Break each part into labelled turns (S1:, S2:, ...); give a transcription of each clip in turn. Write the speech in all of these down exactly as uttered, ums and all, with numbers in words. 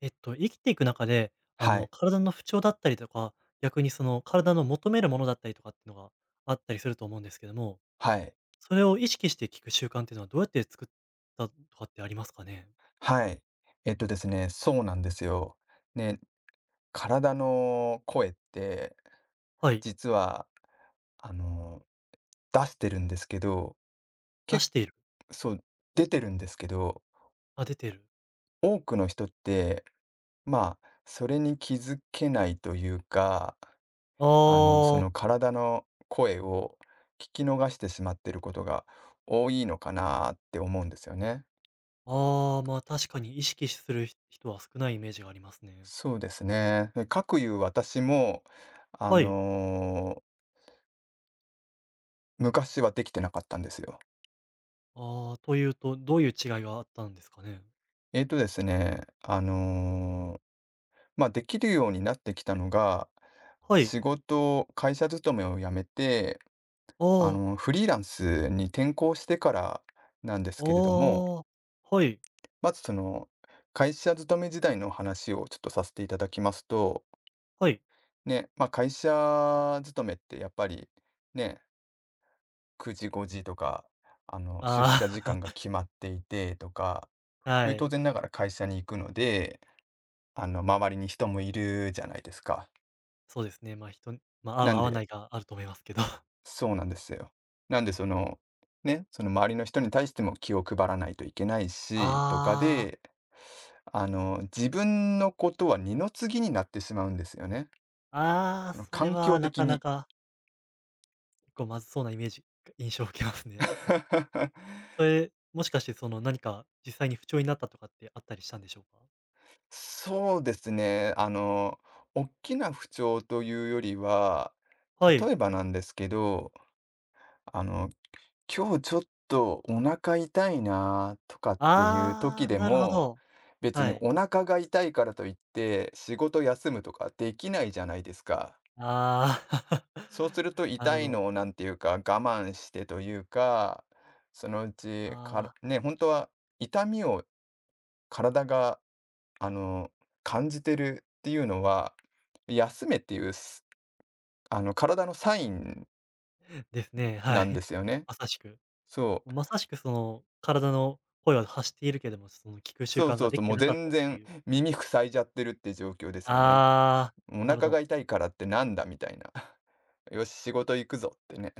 S1: えっと、生きていく中で、あ
S2: は
S1: の、
S2: い、
S1: 体の不調だったりとか、逆にその体の求めるものだったりとかっていうのがあったりすると思うんですけども、
S2: はい、
S1: それを意識して聞く習慣っていうのはどうやって作ったとかってありますかね？
S2: はい。えっとですね、そうなんですよ。ね、体の声って、
S1: はい、
S2: 実は、あの、出してるんですけど、
S1: 出
S2: け
S1: している。
S2: そう、出てるんですけど、
S1: あ、出てる。
S2: 多くの人って、まあ、それに気づけないというか、あの、そ
S1: ああ、
S2: の体の声を聞き逃してしまってることが多いのかなって思うんですよね。
S1: ああ、まあ、確かに意識するひ人は少ないイメージがありますね。
S2: そうですね。で、かくいう私も、あ
S1: はい。
S2: の昔はできてなかったんですよ。
S1: ああ、というと、どういう違いがあったんですかね？
S2: えっとですね、あの、ま、できるようになってきたのが、
S1: はい。
S2: 仕事会社勤めを辞めて、
S1: あ
S2: あ
S1: あ、
S2: の、フリーランスに転向してからなんです
S1: あ
S2: けれども、
S1: あ、はい、
S2: まずその、会社勤め時代の話をちょっとさせていただきますと、
S1: はい。
S2: ね、ま、会社勤めってやっぱり、ね、くじ、ごじとか、あの、出社時間が
S1: あ
S2: 決まっていてとか、
S1: あ、は
S2: 当
S1: い。
S2: 然ながら会社に行くのであの、周りに人もいるじゃないですか。
S1: そうですね、まあ、人にま、合う
S2: なん
S1: 合わ
S2: で
S1: ないがあると思いますけど。
S2: そうなんですよ。なんでその、ね、その周りの人に対しても気を配らないといけないし、とか
S1: ああ、
S2: で、あの、自分のことは二の次になってしまうんですよね。
S1: ああ、
S2: その
S1: それ
S2: 環境
S1: はな
S2: 的
S1: かな
S2: に。
S1: か、結構まずそうなイメージ印象を受けますね。それ、もしかしてその何か実際に不調になったとかってあったりしたんでしょうか？
S2: そうですね。あの、大きな不調というよりは、
S1: は
S2: 例
S1: い。
S2: えばなんですけど、あの、今日ちょっとお腹痛いなとかっていう
S1: あ
S2: 時
S1: あ、
S2: で
S1: なるほ
S2: も
S1: ど。
S2: 別
S1: は
S2: に
S1: い。
S2: お腹が痛いからといって、仕事休むとかできないじゃないですか。
S1: ああ、
S2: そうすると
S1: なる
S2: 痛
S1: ほ
S2: いの
S1: ど。
S2: をなんていうか、我慢してというか、そのうち、から
S1: ああ、
S2: ね、本当は痛みを体が、あの、感じてるっていうのは、休めっていう、すあの、体のサイン
S1: ですね、は
S2: な
S1: い。
S2: んで すよね。
S1: まさしく。
S2: そう。
S1: まさしくその体の声は発しているけれども、その聞く習
S2: そう
S1: 慣
S2: そ
S1: が
S2: う
S1: で
S2: そう、
S1: きて
S2: もう
S1: なかっ
S2: 全
S1: たって
S2: 然
S1: いう。
S2: 耳塞いじゃってるって状況ですよね。
S1: ああ、
S2: お
S1: なるほ
S2: 腹が
S1: ど。
S2: 痛いからってなんだみたいな。よし、仕事行くぞってね。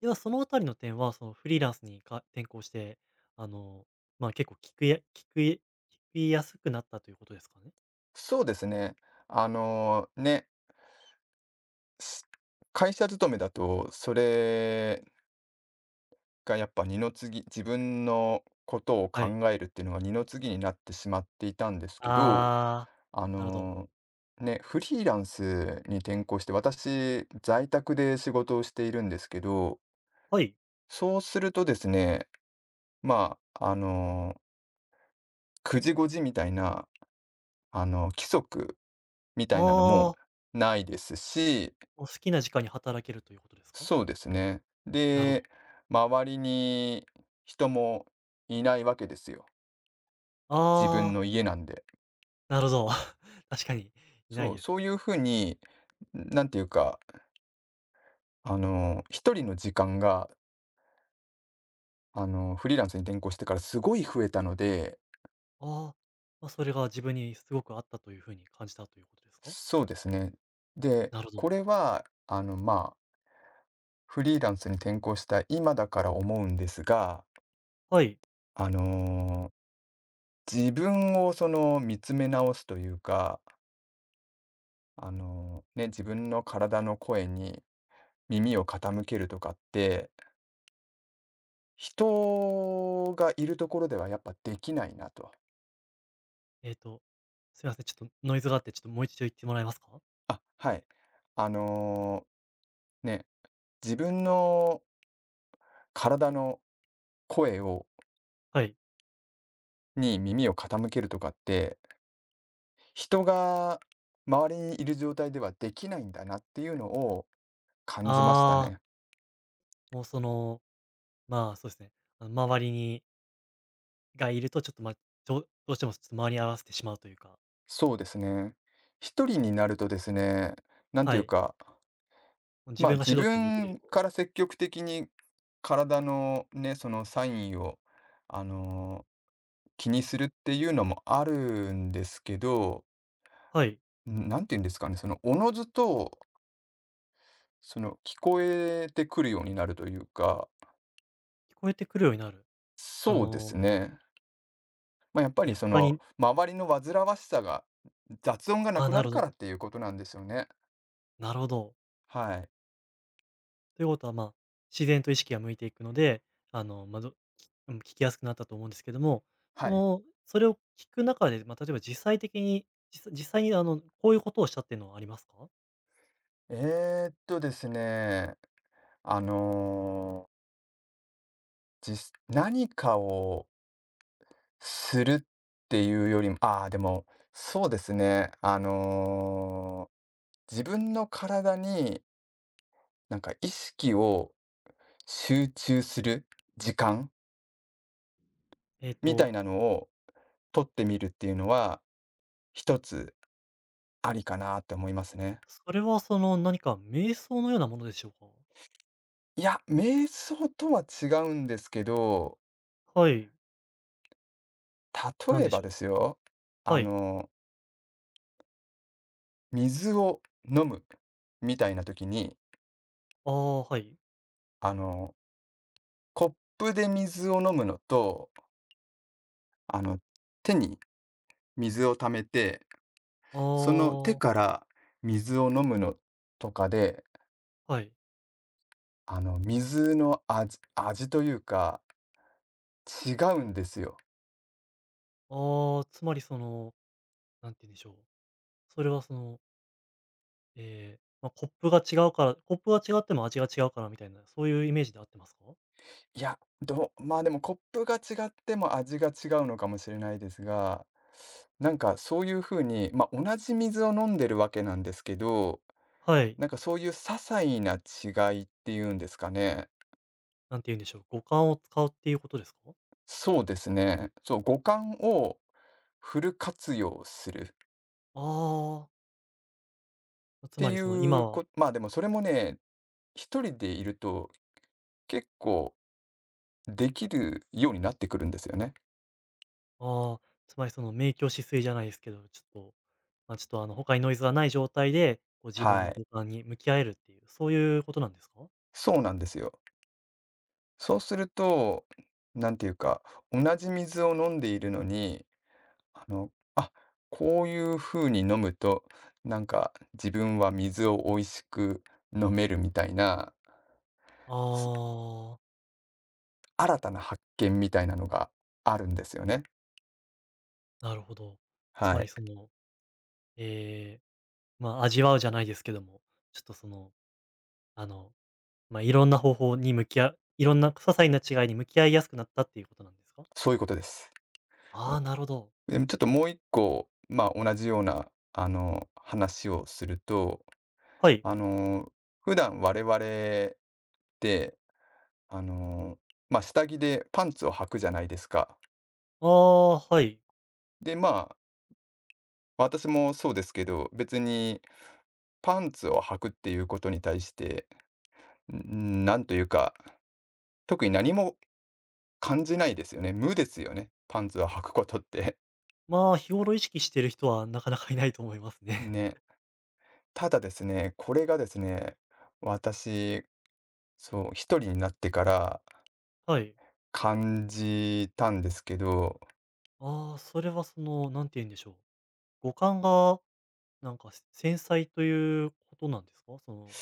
S1: では、そのあたりの点は、そのフリーランスにか転向して、あの、まあ、結構聞くや聞くや聞きやすくなったということですかね？
S2: そうですね。あの、ね、す会社勤めだと、それがやっぱ二の次、自分のことを
S1: は
S2: 考
S1: い。
S2: えるっていうのが二の次になってしまっていたんですけど、
S1: ああ、
S2: あ
S1: なるほど。
S2: の、ね、フリーランスに転向して、私、在宅で仕事をしているんですけど、
S1: はい。
S2: そうするとですね、まあ、あの、くじごじみたいな、あの、規則み
S1: あ
S2: たいなのも
S1: あ、
S2: ないですし、
S1: お好きな時間に働けるということですか？
S2: そうですね。
S1: なるほ
S2: で、
S1: ど。
S2: 周りに人もいないわけですよ。自分
S1: ああ、
S2: の家なんで。
S1: なるほど。確かにいない
S2: そう、
S1: です
S2: そういう
S1: ね。
S2: ふうに、なんていうか、あの、一人の時間が、あの、フリーランスに転向してからすごい増えたので、
S1: ああ、まあ、それが自分にすごく合ったという風に感じたということですか？
S2: そうですね。で、
S1: なるほ
S2: こ
S1: ど。
S2: れは、あの、まあ、フリーランスに転向した今だから思うんですが、
S1: はい。
S2: あの、自分をその見つめ直すというか、あの、ね、自分の体の声に耳を傾けるとかって、人がいるところではやっぱできないなと。
S1: えっと、すいません、ちょっとノイズがあって、ちょっともう一度言ってもらえますか？
S2: あ、はい。あの、ね、自分の体の声を
S1: はい。
S2: に耳を傾けるとかって、人が周りにいる状態ではできないんだなっていうのを感じました
S1: ああ、
S2: ね。
S1: もうそのまあ、そうですね。あの、周りにがいると、ちょっと、まあ、どうどうしても、ちょっと周りに合わせてしまうというか、
S2: そうですね。一人になるとですね、なんと
S1: は
S2: いう
S1: い。
S2: か
S1: 自
S2: まあ、
S1: 分が
S2: 自
S1: 主導権握れる
S2: 分
S1: と。
S2: から積極的に体のね、そのサインを、あの、気にするっていうのもあるんですけど、
S1: はい、
S2: んなんて言うんですかね、その、おのずと、その、聞こえてくるようになるというか、
S1: 聞こえてくるようになる。そ
S2: そうで
S1: の、
S2: すね。まあ、やっぱ
S1: え、
S2: りそ
S1: 他
S2: の、
S1: に。
S2: 周りの煩わしさが、雑音がな
S1: ああ、
S2: くな
S1: な
S2: る
S1: るほ
S2: から
S1: ど、
S2: っていうことなんですよね。
S1: なるほど。
S2: はい。
S1: ということは、まあ、自然と意識が向いていくので、あの、まあ、どきうん、聞きやすくなったと思うんですけども、
S2: は
S1: そ
S2: い。
S1: の、それを聞く中で、まあ、例えば実際的に、実実際に、あの、こういうことをしたっていうのはありますか？
S2: えーっとですね、あの、じ何かをするっていうよりも、ああ、でも、そうですね。あのー自分の体になんか意識を集中する時間
S1: えっ
S2: みた
S1: と、
S2: いなのを取ってみるっていうのは、一つありかなって思いますね。
S1: それは、その、何か瞑想のようなものでしょうか？
S2: いや、瞑想とは違うんですけど、
S1: はい。なん
S2: 例え
S1: でし
S2: ば
S1: ょ
S2: で
S1: う。
S2: すよ、あ
S1: はい。
S2: の、水を飲むみたいな時に、
S1: ああ、はい。
S2: あの、コップで水を飲むのと、あの、手に水を溜めて、
S1: あ
S2: その手
S1: あ、
S2: から水を飲むのとかで、
S1: はい。
S2: あの、水の味味というか、違うんですよ。
S1: ああ、つまりその、なんて言うんでしょう。それはその、ええ、まあ、コップが違うから、コップが違っても味が違うからみたいな、そういうイメージで合ってますか？
S2: いや、どうまあ、でもコップが違っても味が違うのかもしれないですが、なんかそういう風に、ま、同じ水を飲んでるわけなんですけど、
S1: はい。
S2: なんかそういう些細な違いっていうんですかね。
S1: なんて言うんでしょう、五感を使うっていうことですか？
S2: そうですね。そう、五感をフル活用するっ
S1: ああ、つ
S2: て
S1: ま
S2: い
S1: りその今
S2: う
S1: は。
S2: こまあ、でもそれもね一人でいると、結構できるようになってくるんですよね。
S1: ああ、つまりその明鏡止水じゃないですけど、ちょっと、まあ、ちょっとあの他にノイズがない状態で、こう自分
S2: は
S1: の
S2: い。
S1: 五感に向き合えるっていう、そういうことなんですか？
S2: そうなんですよ。そうすると、なんていうか、同じ水を飲んでいるのに、あの、あ、こういう風に飲むと、なんか自分は水を美味しく飲めるみたいな、
S1: あ
S2: す
S1: あー。
S2: 新たな発見みたいなのがあるんですよね。
S1: なるほど。つ
S2: は
S1: まり
S2: い。
S1: その、ええ、ま、味わうじゃないですけども、ちょっとその、あの、ま、いろんな方法に向きあいろんな些細な違いに向き合いやすくなったっていうことなんですか？
S2: そういうことです。
S1: ああ
S2: お
S1: ー、なるほど。
S2: でもちょっともう一個、まあ、同じような、あの、話をすると
S1: はい。
S2: あの、普段我々って、あの、ま、下着でパンツを履くじゃないですか。
S1: ああ、はい。
S2: で、まあ、私もそうですけど、別にパンツを履くっていうことに対して、ん、なんというか、特に何も感じないですよね。無ですよね、パンツを履くことって。
S1: まあ、日頃意識している人は なかなかいないと思います ね。
S2: ね。ただですね、これがですね、私、そう、一人になってから
S1: はい。
S2: 感じたんですけど
S1: ああ、それはその、なんて言うんでしょう、五感がなんか、繊細ということなんですか？その。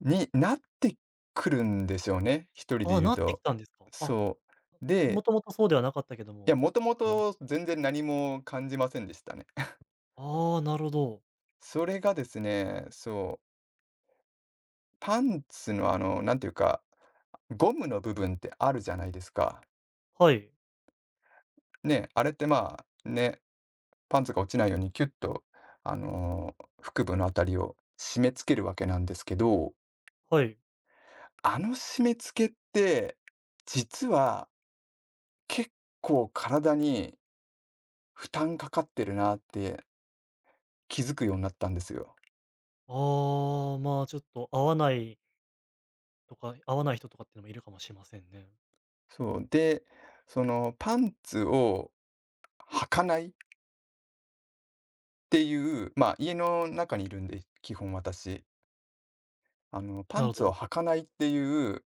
S2: になってくるんですよね、一人で
S1: あ
S2: い
S1: あ、
S2: る
S1: なってき
S2: と。
S1: たんですか？あ、
S2: そう。
S1: も
S2: で、
S1: ともとそうではなかったけど
S2: いや、
S1: も、
S2: もとも
S1: あの。
S2: と全然何も感じませんでしたね。
S1: ああ、なるほど。
S2: それがですね、そう、パンツのあの、なんていうか、ゴムの部分ってあるじゃないですか。
S1: はい、
S2: ね、あれってまあ、ね、パンツが落ちないようにキュッと、あの、腹部のあたりを締め付けるわけなんですけど、
S1: はい。
S2: あの締め付けって、実は結構体に負担かかってるなって気づくようになったんですよ。
S1: ああ、まあ、ちょっと合わないとか合わない人とかっていうのもいるかもしれませんね。
S2: そう、で、そのパンツを履かないっていう、まあ、家の中にいるんで、基本私。あの、パ
S1: な
S2: ン
S1: るほ
S2: ツを
S1: ど。
S2: 履かないっていう、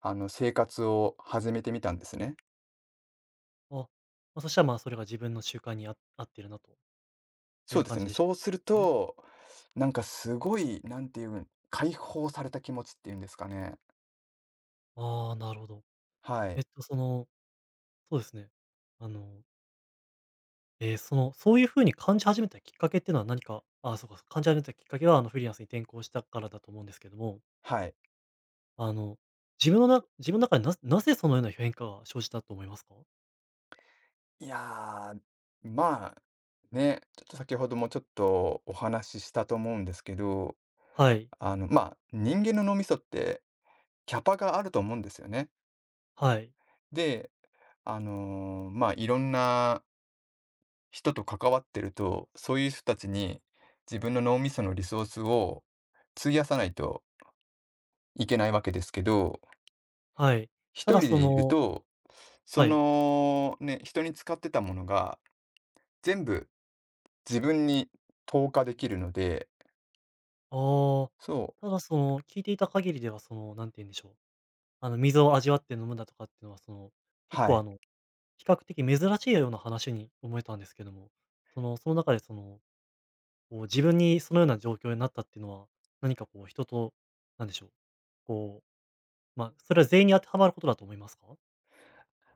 S2: あの、生活を始めてみたんですね。
S1: あ、まあ、そしたら、まあ、それが自分の習慣にあ合ってるなとい
S2: そう
S1: う
S2: で
S1: 感
S2: す
S1: じ
S2: ね。
S1: でし
S2: そうする
S1: たね。
S2: と、なんかすごい、なんていうん、解放された気持ちっていうんですかね。
S1: ああ、なるほど。
S2: は
S1: え
S2: い。
S1: っと、その、そうですね。あの、えーその、そういう風に感じ始めたきっかけっていうのは何かあそうか、感じ始めたきっかけは、あの、フリーランスに転向したからだと思うんですけども、
S2: はい。
S1: あの、自分のな自分の中でななぜそのような変化が生じたと思いますか？
S2: いやー、まあ、ね、ちょっと先ほどもちょっとお話ししたと思うんですけど、
S1: はい、
S2: あの、まあ、人間の脳みそってキャパがあると思うんですよね。
S1: はい。
S2: で、あの、まあ、いろんな人と関わってると、そういう人たちに自分の脳みそのリソースを費やさないといけないわけですけど、
S1: はい。
S2: 一
S1: た
S2: 人
S1: だそ
S2: でいる
S1: の。
S2: と、そ
S1: はい。
S2: のね、人に使ってたものが全部自分に投下できるので
S1: ああ。
S2: そう、
S1: ただその、聞いていた限りではその、なんて言うんでしょう、あの、水を味わって飲むだとかっていうのは、その、結
S2: は
S1: 構あ
S2: い。
S1: の、比較的珍しいような話に思えたんですけども、その、その中でその、こう自分にそのような状況になったっていうのは、何かこう人と、なんでしょう、こう、まあ、それは全員に当てはまることだと思いますか？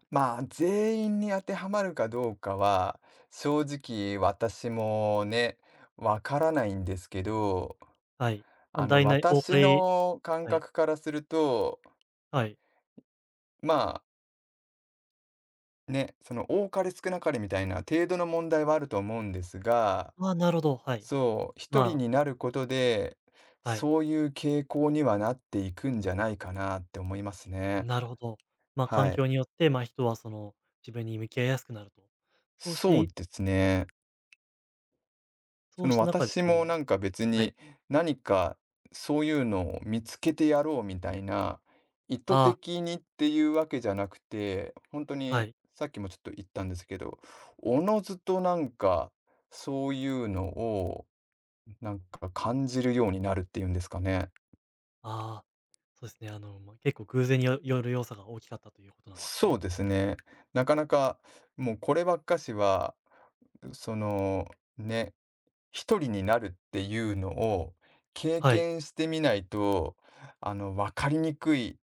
S2: まあ、全員に当てはまるかどうかは、正直私もね、わからないんですけど、
S1: はい。ま、あ
S2: あの、
S1: 大なり多か
S2: 私
S1: り。
S2: の感
S1: はい、
S2: 覚からすると、
S1: はい。
S2: まあ、ね、その多かれ少なかれみたいな程度の問題はあると思うんですが、
S1: ああ、なるほど、はい。
S2: そう、一人
S1: まあ、
S2: になることで、
S1: はい。
S2: そういう傾向にはなっていくんじゃないかなって思いますね。
S1: なるほど。まあ、環
S2: はい。
S1: 境によって、まあ、人はその、自分に向き合いやすくなると。そうして
S2: そう
S1: い
S2: ですね。
S1: そ
S2: そ
S1: う
S2: の、
S1: した中で
S2: 私
S1: そ
S2: も
S1: の。
S2: なんか別
S1: はい。
S2: に、何かそういうのを見つけてやろうみたいな、意図
S1: ああ、
S2: 的にっていうわけじゃなくて、本当
S1: は
S2: に
S1: い。
S2: さっきもちょっと言ったんですけど、おのずとなんか、そういうのをなんか感じるようになるっていうんですかね。
S1: ああ、そうですね。あの、まあ、結構偶然によよる要素が大きかったということなんです
S2: そ
S1: ね。
S2: うですね。なかなか、もうこればっかしは、その、ね、一人になるっていうのを経
S1: はい。
S2: 験してみないと、あの、分かりにくい、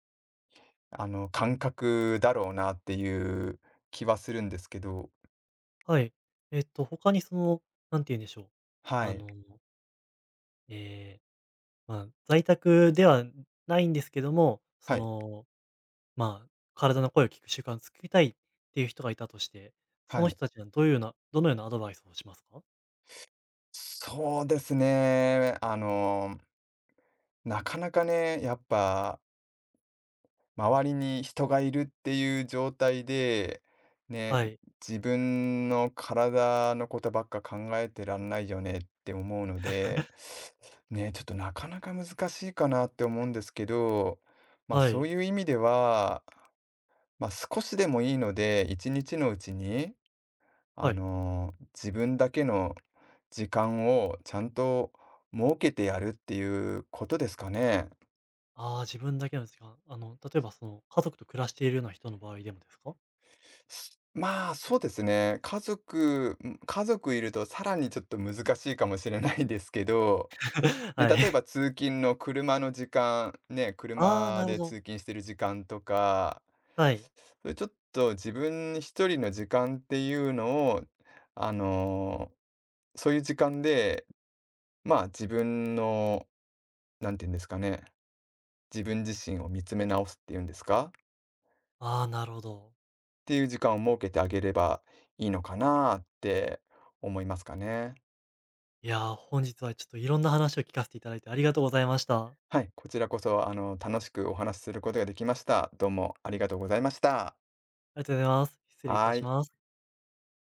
S2: あの、感覚だろうなっていう気はするんですけど。
S1: はい。えっと、他にその、なんて言うんでしょう。
S2: は
S1: あ
S2: い。
S1: の、ええ、まあ、在宅ではないんですけども、
S2: は
S1: そ
S2: い。
S1: の、まあ、体の声を聞く習慣を作りたいっていう人がいたとして、そ
S2: は
S1: の
S2: い。
S1: 人たちにはどういうようなどのようなアドバイスをしますか？
S2: そうですね。あの、なかなかね、やっぱ周りに人がいるっていう状態で、ね、
S1: はい。
S2: 自分の体のことばっか考えてらんないよねって思うので、ね、ちょっとなかなか難しいかなって思うんですけど、まあ、
S1: は
S2: そう
S1: い。
S2: いう意味では、まあ、少しでもいいので、一日のうちに、あ
S1: はい。
S2: の、自分だけの時間をちゃんと設けてやるっていうことですかね。
S1: ああ、自分だけなんですが、あの、例えばその、家族と暮らしているような人の場合でもですか？
S2: まあ、そうですね。家族ん、家族いるとさらにちょっと難しいかもしれないですけど、ね、
S1: はい。
S2: 例えば 通勤の車の時間、ね、
S1: ああ、
S2: 車
S1: なるほ
S2: で
S1: ど。
S2: 通勤してる時間とか、
S1: はい。
S2: それちょっと自分一人の時間っていうのを、あの、そういう時間で、まあ、自分の、なんて言うんですかね、自分自身を見つめ直すっていうんですか？っ
S1: ああ、なるほど。
S2: ていう時間を設けてあげればいいのかなって思いますかね。
S1: いやー、本日はちょっといろんな話を聞かせていただいてありがとうございました。
S2: はい、こちらこそ、あの、楽しくお話しすることができました。どうもありがとうございました。
S1: ありがとうございます。失礼いた
S2: はー
S1: し
S2: い。
S1: ます。